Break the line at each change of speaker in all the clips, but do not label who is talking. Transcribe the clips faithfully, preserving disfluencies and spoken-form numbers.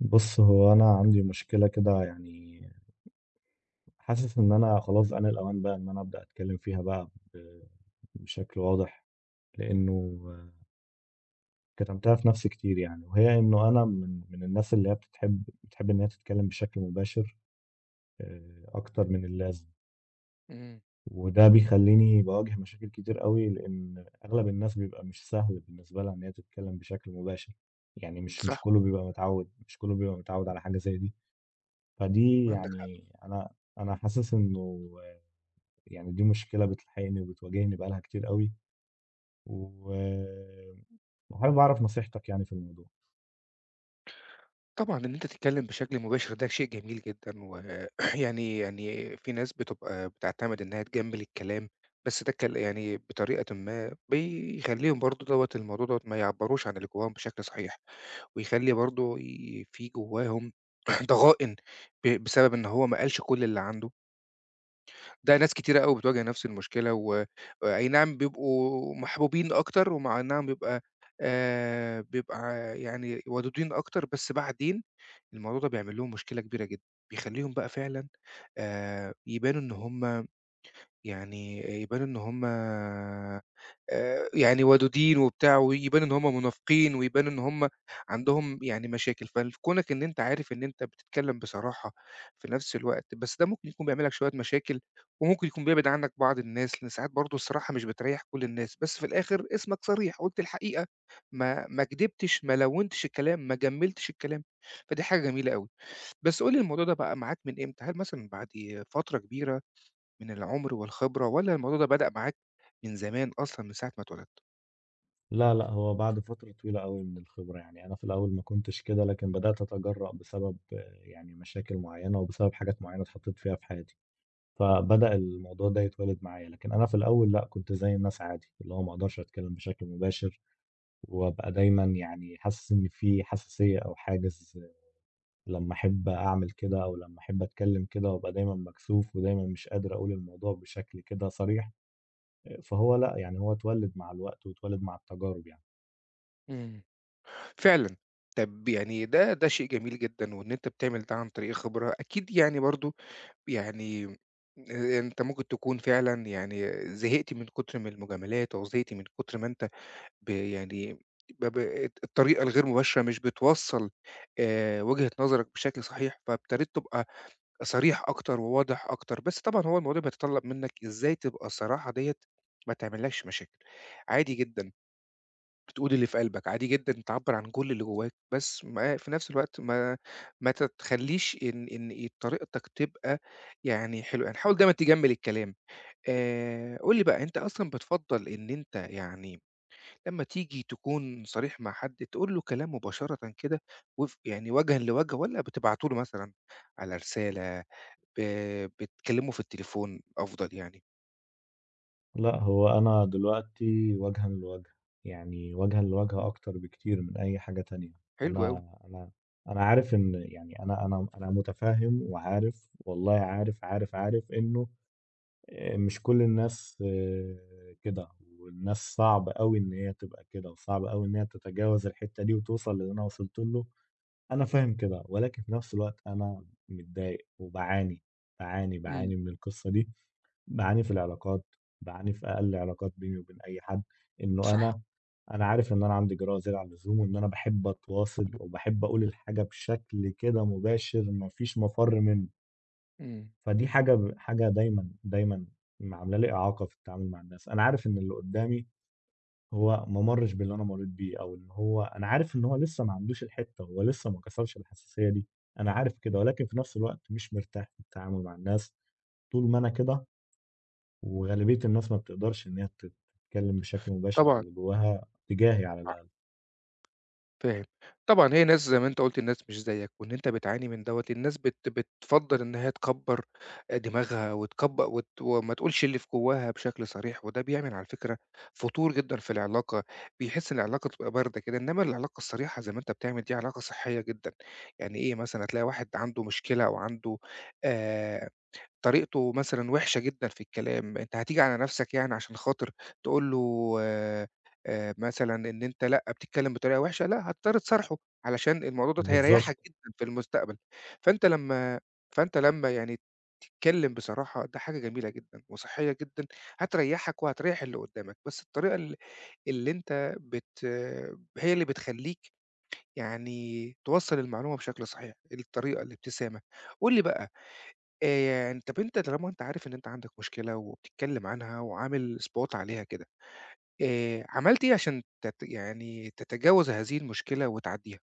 بص، هو انا عندي مشكله كده يعني. حاسس ان انا خلاص انا الاوان بقى ان انا ابدا اتكلم فيها بقى ب- بشكل واضح، لانه كتمتها في نفسي كتير يعني. وهي انه انا من من الناس اللي هي بتحب بتحب ان هي تتكلم بشكل مباشر، آه، اكتر من اللازم.
إمم،
وده بيخليني بواجه مشاكل كتير قوي، لان اغلب الناس بيبقى مش سهل بالنسبه لها ان هي تتكلم بشكل مباشر. يعني مش مش
صح،
كله بيبقى متعود، مش كله بيبقى متعود على حاجه زي دي. فدي
عندك حق.
يعني انا انا حاسس انه، يعني دي مشكله بتلحقني وبتواجهني بقالها كتير قوي، وحابب اعرف نصيحتك يعني في الموضوع.
طبعًا إن أنت تتكلّم بشكل مباشر ده شيء جميل جدًا، ويعني يعني يعني في ناس بتبقى بتعتمد إنها تجمّل الكلام، بس ده كل يعني بطريقةً ما بيخلّيهم برضه دوّة الموضوع دوّة ما يعبّروش عن اللي جواهم بشكل صحيح، ويخلّي برضه ي في جواهم ضغائن ب بسبب إن هو ما قالش كل اللي عنده. ده ناس كتيرة أوي بتواجه نفس المشكلة و أي نعم بيبقوا محبوبين أكتر، ومع إنها بيبقى آآ بيبقى يعني ودودين أكتر، بس بعدين الموضوع ده بيعمل لهم مشكلة كبيرة جدًا، بيخلّيهم بقى فعلًا آآ يبانوا إن هُم يعني يبان إن هم آآ يعني ودودين وبتاع، ويبان إن هم منافقين، ويبان إن هم عندهم يعني مشاكل، فكونك إن أنت عارف إن أنت بتتكلم بصراحة في نفس الوقت، بس ده ممكن يكون بيعمل لك شوية مشاكل، وممكن يكون بيبعد عنك بعض الناس، لإن ساعات برضه الصراحة مش بتريّح كل الناس، بس في الآخر اسمك صريح، قُلت الحقيقة، ما ما كدبتش، ما لوّنتش الكلام، ما جمّلتش الكلام، فدي حاجة جميلة أوي. بس قُل لي الموضوع ده بقى معاك من إمتى؟ هل مثلًا بعد فترة كبيرة؟ من العُمر والخبرة والّا الموضوع ده بدأ معاك من زمان أصلًا من ساعة ما اتولدت؟
لا لا هو بعد فتره طويله قوي من الخبره يعني. انا في الاول ما كنتش كده، لكن بدات اتجرأ بسبب آه، يعني مشاكل معينه، وبسبب حاجات معينه اتحطيت فيها في حياتي، فبدأ الموضوع ده يتولد معايا. لكن انا في الاول لا، كنت زي الناس عادي، اللي هو ما اقدرش اتكلم بشكل مباشر، وابقى دايما يعني حاسس ان في حساسيه او حاجز لما أحب أعمل كده أو لما أحب أتكلم كده، وأبقى دايمًا مكسوف ودايمًا مش قادر أقول الموضوع بشكل كده صريح. آآ، فهو لأ، يعني هو اتولد مع الوقت واتولد مع التجارب يعني.
إمم. فعلًا، طَب يعني ده ده شيء جميل جدًا وإن أنت بتعمل ده عن طريق خبرة، أكيد يعني برضه يعني آآ أنت ممكن تكون فعلًا يعني زهقت من كتر من المجاملات أو زهقت من كتر ما أنت ب يعني ب ب الطريقة الغير مباشرة مش بتوصّل آآ وجهة نظرك بشكل صحيح، فابتديت تبقى صريح أكتر وواضح أكتر، بس طبعًا هو الموضوع بيتطلّب منّك إزاي تبقى الصراحة ديّة ما تعملّكش مشاكل، عادي جدًا تقول اللي في قلبك، عادي جدًا تعبّر عن كل اللي جواك، بس ما في نفس الوقت ما ما تتخلّيش إن إن ي طريقتك تبقى يعني حلوة، يعني حاول دايمًا تجمّل الكلام. آآ قُل لي بقى أنت أصلًا بتفضّل إن أنت يعني لمّا تيجي تكون صريح مع حد، تقول له كلام مباشرةً كده وف يعني وجهًا لوجه والّا بتبعته له مثلًا على رسالة، ب بتكلمه في التليفون أفضل يعني؟
لأ، هو أنا دلوقتي وجهًا لوجه، يعني وجهًا لوجه
إمم.
أكتر بكتير من أي حاجة تانية.
حلو
أنا
أوي.
أنا أنا عارف إن يعني أنا أنا أنا متفهم وعارف، والله عارف، عارف، عارف إنه آه، مش كل الناس آه، كده. والناس صعب قوي ان هي تبقى كده، وصعب قوي ان هي تتجاوز الحتة دي وتوصل للي انا وصلت له. انا فاهم كده، ولكن في نفس الوقت انا متضايق وبعاني، بعاني
إمم.
بعاني من القصة دي. بعاني في العلاقات، بعاني في اقل علاقات بيني وبين اي حد، انه
صح.
انا انا عارف ان انا عندي جرأة زيادة عن اللزوم، وان انا بحب اتواصل وبحب اقول الحاجة بشكل كده مباشر، مفيش مفر منه.
إمم.
فدي حاجة ب حاجة دايمًا، دايمًا م عاملة لي إعاقة في التعامل مع الناس. أنا عارف إن اللي قدّامي هو ما مرّش باللي أنا مرّيت بيه، أو إن هو أنا عارف إن هو لسه ما عندوش الحتّة، هو لسه ما كسرش الحساسية دي. أنا عارف كده، ولكن في نفس الوقت مش مرتاح في التعامل مع الناس طول ما أنا كده، وغالبية الناس ما بتقدرش إن هي تت تتكلم بشكل مباشر على
طبعًا.
اللي جواها تجاهي على الأقل.
فاهم. طبعًا هي ناس زي ما أنت قُلت الناس مش زيّك، وإن أنت بتعاني من دوّة، الناس بت بتفضّل إن هي تكبّر آآ دماغها وتكب وت وما تقولش اللي في جواها بشكل صريح، وده بيعمل على فكرة فتور جدًا في العلاقة، بيحس إن العلاقة تبقى باردة كده، إنّما العلاقة الصريحة زي ما أنت بتعمل دي علاقة صحية جدًا، يعني إيه مثلًا هتلاقي واحد عنده مشكلة أو عنده آآ طريقته مثلًا وِحشة جدًا في الكلام، أنت هتيجي على نَفْسك يعني عشان خاطر تقول له آآ مثلًا إن أنت لأ، بتتكلم بطريقة وِحشة، لأ هتضطر تصارحه، علشان الموضوع دوّة
بالضبط.
هيريّحك جدًا في المستقبل. فأنت لمّا فأنت لمّا يعني تتكلم بصراحة، ده حاجة جميلة جدًا وصحّية جدًا، هتريّحك وهتريّح اللي قدّامك، بس الطريقة ال اللي أنت بت هي اللي بتخلّيك يعني توصّل المعلومة بشكل صحيح، الطريقة، الابتسامة. قُل لي بقى آآ يعني طَب أنت طالما أنت عارف إن أنت عندك مشكلة وبتتكلّم عنها وعامل spot عليها كده، آآ عملت إيه عشان تت يعني تتجاوز هذه المشكلة وتعدّيها؟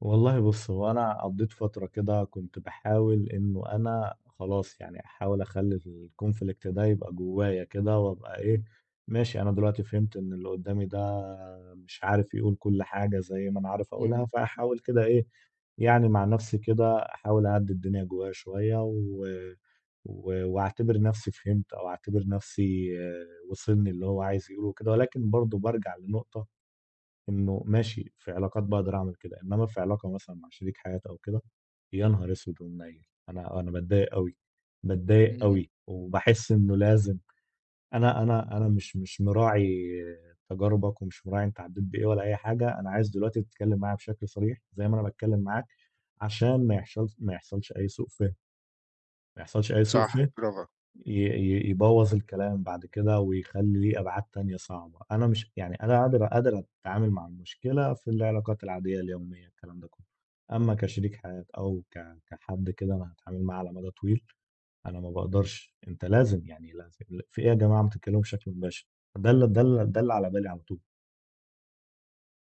والله بُص، هو أنا قضّيت فترة كده كنت باحاول إنه أنا خلاص يعني أحاول أخلّي الconflict ده يبقى جوّايا كده وأبقى
إمم.
إيه، ماشي. أنا دلوقتي فهمت إن اللي قدّامي ده مش عارف يقول كل حاجة زي ما أنا عارف أقولها،
إمم،
فأحاول كده إيه، يعني مع نَفْسي كده أحاول أهدّي الدنيا جوّايا شوية، و و وأعتبر نَفْسي فهمت، أو أعتبر نَفْسي آه، وصلني اللي هو عايز يقوله وكده. ولكن برضه بارجع لنقطة إنه ماشي في علاقات باقدر أعمل كده، إنما في علاقة مثلًا مع شريك حياة أو كده، يا نهار أسود ومنيل! أنا أنا باتضايق أوي، باتضايق
إمم،
أوي، وباحس إنه لازم. أنا أنا أنا مش مش مراعي تجاربك، ومش مراعي أنت عدّيت بإيه ولا أي حاجة. أنا عايز دلوقتي تتكلم معايا بشكل صريح زي ما أنا باتكلم معاك، عشان ما يحصلش، ما يحصلش أي سوء فهم، ما يحصلش أي سوء
صح،
فهم
برافو،
ي- ي- يبوظ الكلام بعد كده ويخلي ليه أبعاد تانية صعبة. أنا مش يعني أنا قادر قادر أتعامل مع المشكلة في العلاقات العادية اليومية، الكلام ده كله. أما كشريك حياة أو ك- كحد كده أنا هتعامل معاه على مدى طويل، أنا ما بقدرش. أنت لازم يعني لازم، في إيه يا جماعة، ما تتكلموا بشكل مباشر. ده اللي ده اللي ده اللي على بالي على طول.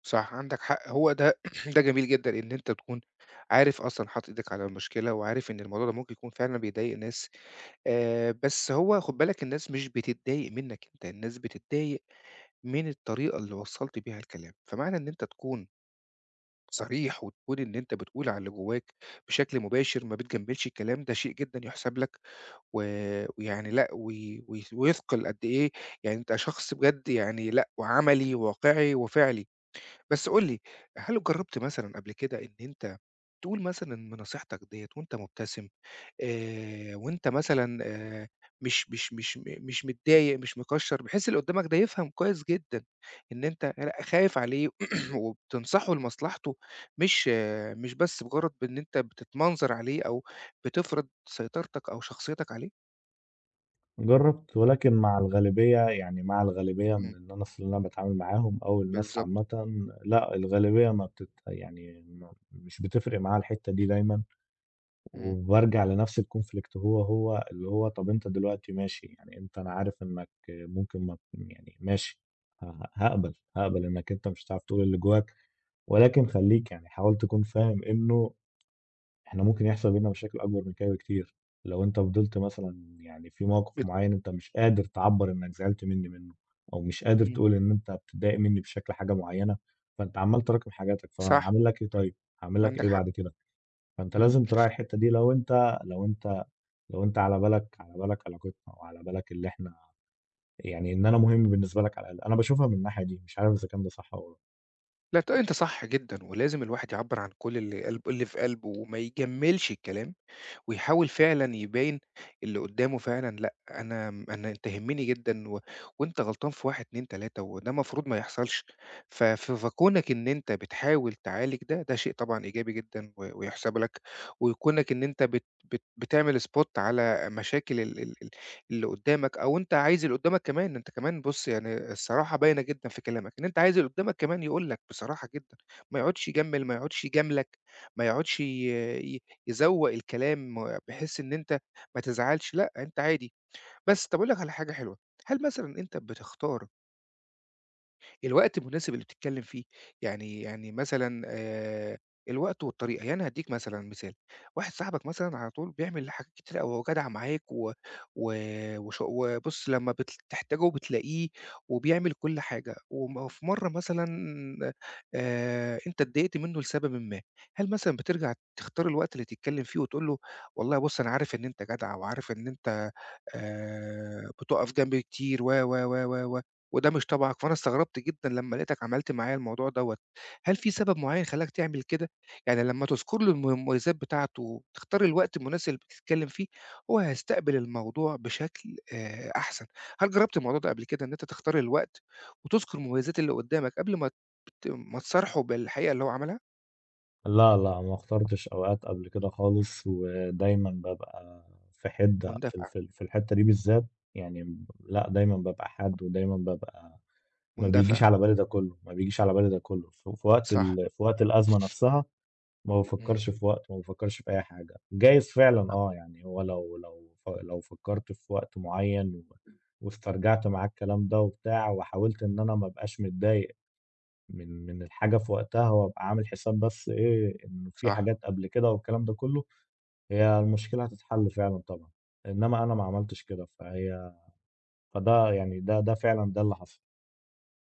صح، عندك حق، هو ده ده جميل جدًا إن أنت تكون عارف أصلًا حاطط إيدك على المشكلة وعارف إن الموضوع ده ممكن يكون فعلًا بيضايق ناس، آآ بس هو خُد بالك الناس مش بتتضايق منّك أنت، الناس بتتضايق من الطريقة اللي وصّلت بيها الكلام، فمعنى إن أنت تكون صريح وتكون إن أنت بتقول على اللي جواك بشكل مباشر، ما بتجمّلش الكلام، ده شيء جدًا يُحسَب لك و ويعني لأ، وي وي ويثقل قد إيه يعني أنت شخص بجد يعني لأ، وعملي وواقعي وفعلي. بس قُل لي، هل جرّبت مثلًا قبل كده إن أنت تقول مثلًا إن نصيحتك ديّة وأنت مبتسم؟ آآ وأنت مثلًا آآ مش مش مش م مش متضايق، مش مكشّر، بحيث اللي قدّامك ده يفهم كويس جدًا إن أنت لأ خايف عليه وبتنصحه لمصلحته، مش آه، مش بس مجرّد بإن أنت بتتمنظر عليه أو بتفرض سيطرتك أو شخصيتك عليه.
جرّبت، ولكن مع الغالبية يعني مع الغالبية من
إمم،
الناس اللي أنا باتعامل معاهم، أو الناس
بالضبط.
عامةً، لأ الغالبية ما بتت يعني ما مش بتفرق معاها الحتّة دي دايمًا.
إمم،
وبارجع لنفس الconflict، هو، هو اللي هو طَب أنت دلوقتي ماشي، يعني أنت أنا عارف إنّك ممكن ما يعني ماشي، ه هاقبل، هاقبل إنّك أنت مش هتعرف تقول اللي جواك، ولكن خلّيك يعني حاول تكون فاهم إنه احنا ممكن يحصل بينا مشاكل اكبر من كده بكتير، لو انت فضلت مثلا يعني في موقف
بت
معين انت مش قادر تعبر انك زعلت مني منه، او مش قادر
إمم،
تقول ان انت بتضايق مني بشكل حاجه معينه، فانت عمال تراكم حاجاتك.
صح،
فهعمل لك ايه طيب، هعمل لك
عندك
ايه
حق.
بعد كده. فانت
إمم،
لازم تراعي الحته دي لو انت، لو انت لو انت على بالك، على بالك علاقتنا، وعلى بالك اللي احنا يعني ان انا مهم بالنسبه لك على الاقل. انا بشوفها من الناحيه دي، مش عارف اذا كان ده صح ولا.
لأ ت أنت صح جدًا، ولازم الواحد يعبّر عن كل اللي قلب اللي في قلبه وما يجمّلش الكلام. ويحاول فعلًا يبين اللي قدّامه فعلًا لأ، أنا م أنا أنت يهمني جدًا و وأنت غلطان في واحد، اثنين، ثلاثة وده المفروض ما يحصلش. ف ف فكونك إن أنت بتحاول تعالج ده، ده شيء طبعًا إيجابي جدًا و ويُحسَب لك، وكونك إن أنت بت بت بتعمل spot على مشاكل ال ال ال اللي قدّامك أو أنت عايز اللي قدّامك كمان، أنت كمان بُص يعني الصراحة باينة جدًا في كلامك، إن أنت عايز اللي قدّامك كمان يقول لك بصراحة جدًا، ما يقعدش يجمِّل، ما يقعدش يجاملك، ما يقعدش ي يزوّق الكلام بحيث إن أنت ما تزعلش، لأ، أنت عادي. بس طَب أقول لك على حاجة حلوة، هل مثلًا أنت بتختار الوقت المناسب اللي بتتكلم فيه، يعني يعني مثلًا آآ الوقت والطريقة، يعني هادّيك مثلًا مثال، واحد صاحبك مثلًا على طول بيعمل حاجات كتيرة أوي، هو جدع معاك و و وش وبُص لمّا بت تحتاجه بتلاقيه وبيعمل كل حاجة، وم وفي مرّة مثلًا آآ أنت اتضايقت منه لسببٍ ما، هل مثلًا بترجع تختار الوقت اللي تتكلم فيه وتقول له والله بُص أنا عارف إن أنت جدع وعارف إن أنت آآ بتُقف جنبي كتير و، و، و، و، و؟ وده مش طبعك، فأنا استغربت جدًا لمّا لقيتك عملت معايا الموضوع دوّة. هل في سبب معيّن خلّاك تعمل كده؟ يعني لمّا تذكر له الم المميزات بتاعته وتختار الوقت المناسب اللي بتتكلم فيه، هو هيستقبل الموضوع بشكل آآ أحسن. هل جرّبت الموضوع ده قبل كده إن أنت تختار الوقت وتذكر المميزات اللي قدّامك قبل ما ت ما تصارحه بالحقيقة اللي هو عملها؟
لا لا ما اخترتش اوقات قبل كده خالص، ودايما ببقى في حدة في
مندفعة،
في في الحتة دي بالذات. يعني ب- لا، دايما ببقى حاد ودايما ببقى، ما بيجيش
مندفع،
على بالي ده كله، ما بيجيش على بالي ده كله في في وقت
صح.
ال... في وقت الأزمة نفسها. ما
إمم،
بفكرش في وقت، ما بفكرش في أي حاجة. جايز فعلا
بالضبط،
اه يعني هو لو لو ف- لو فكرت في وقت معين و... واسترجعت معاه الكلام ده وبتاع، وحاولت ان انا ما بقاش متضايق من من الحاجة في وقتها، وأبقى عامل حساب بس إيه، إن في
صح.
حاجات قبل كده والكلام ده كله، هي المشكلة هتتحل فعلًا طبعًا. إنما أنا ما عملتش كده، فهي فده يعني ده ده فعلًا ده اللي حصل.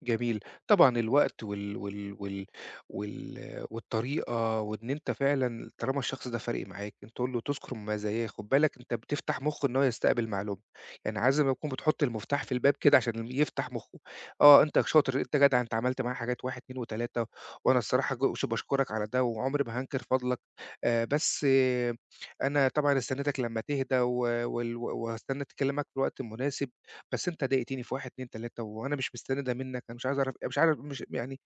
جميل. طبعًا الوقت وال وال وال وال والطريقة وإن أنت فعلًا طالما الشخص ده فارق معاك، أنت تقول له تذكر مزاياه، خُد بالك أنت بتفتح مُخّه إن هو يستقبل معلومة، يعني عايز ما تكون بتحط المفتاح في الباب كده عشان يفتح مُخّه. آه، أنت شاطر، أنت جدع، أنت عملت معايا حاجات واحد، اتنين، تلاتة وأنا الصراحة ج ش باشكرك على ده وعمري ما هانكر فضلك، آآ بس آه أنا طبعًا استنيتك لمّا تهدى و وال وهاستنى أكلمك في الوقت المناسب بس أنت ضايقتني في واحد، اتنين، تلاتة وأنا مش مستني ده منّك، أنا مش عايز أعرف مش عارف مش يعني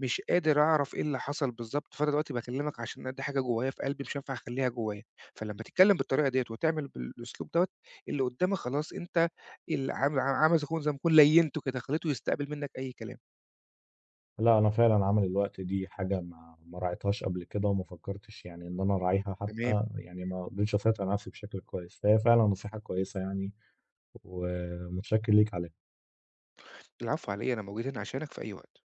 مش قادر أعرف إيه اللي حصل بالضبط، فأنا دلوقتي باكلّمك عشان أنا دي حاجة جوايا في قلبي مش هينفع أخلّيها جوايا، فلمّا تتكلّم بالطريقة ديّة وتعمل بالأسلوب دوّة، اللي قدّامك خلاص أنت ال عام عام زي ما يكون زي ما يكون ليّنته كده، خلّيته يستقبل منّك أي كلام.
لأ، أنا فعلًا عامل الوقت دي حاجة ما ما راعيتهاش قبل كده، وما فكرتش يعني إن أنا أراعيها
تمام،
حتى، يعني ما قدرتش أسيطر على نفسي بشكل كويس، فهي فعلًا نصيحة كويسة يعني، ومتشكر ليك عليها.
العفو على إيه، أنا موجود هنا عشانك في أي وقت.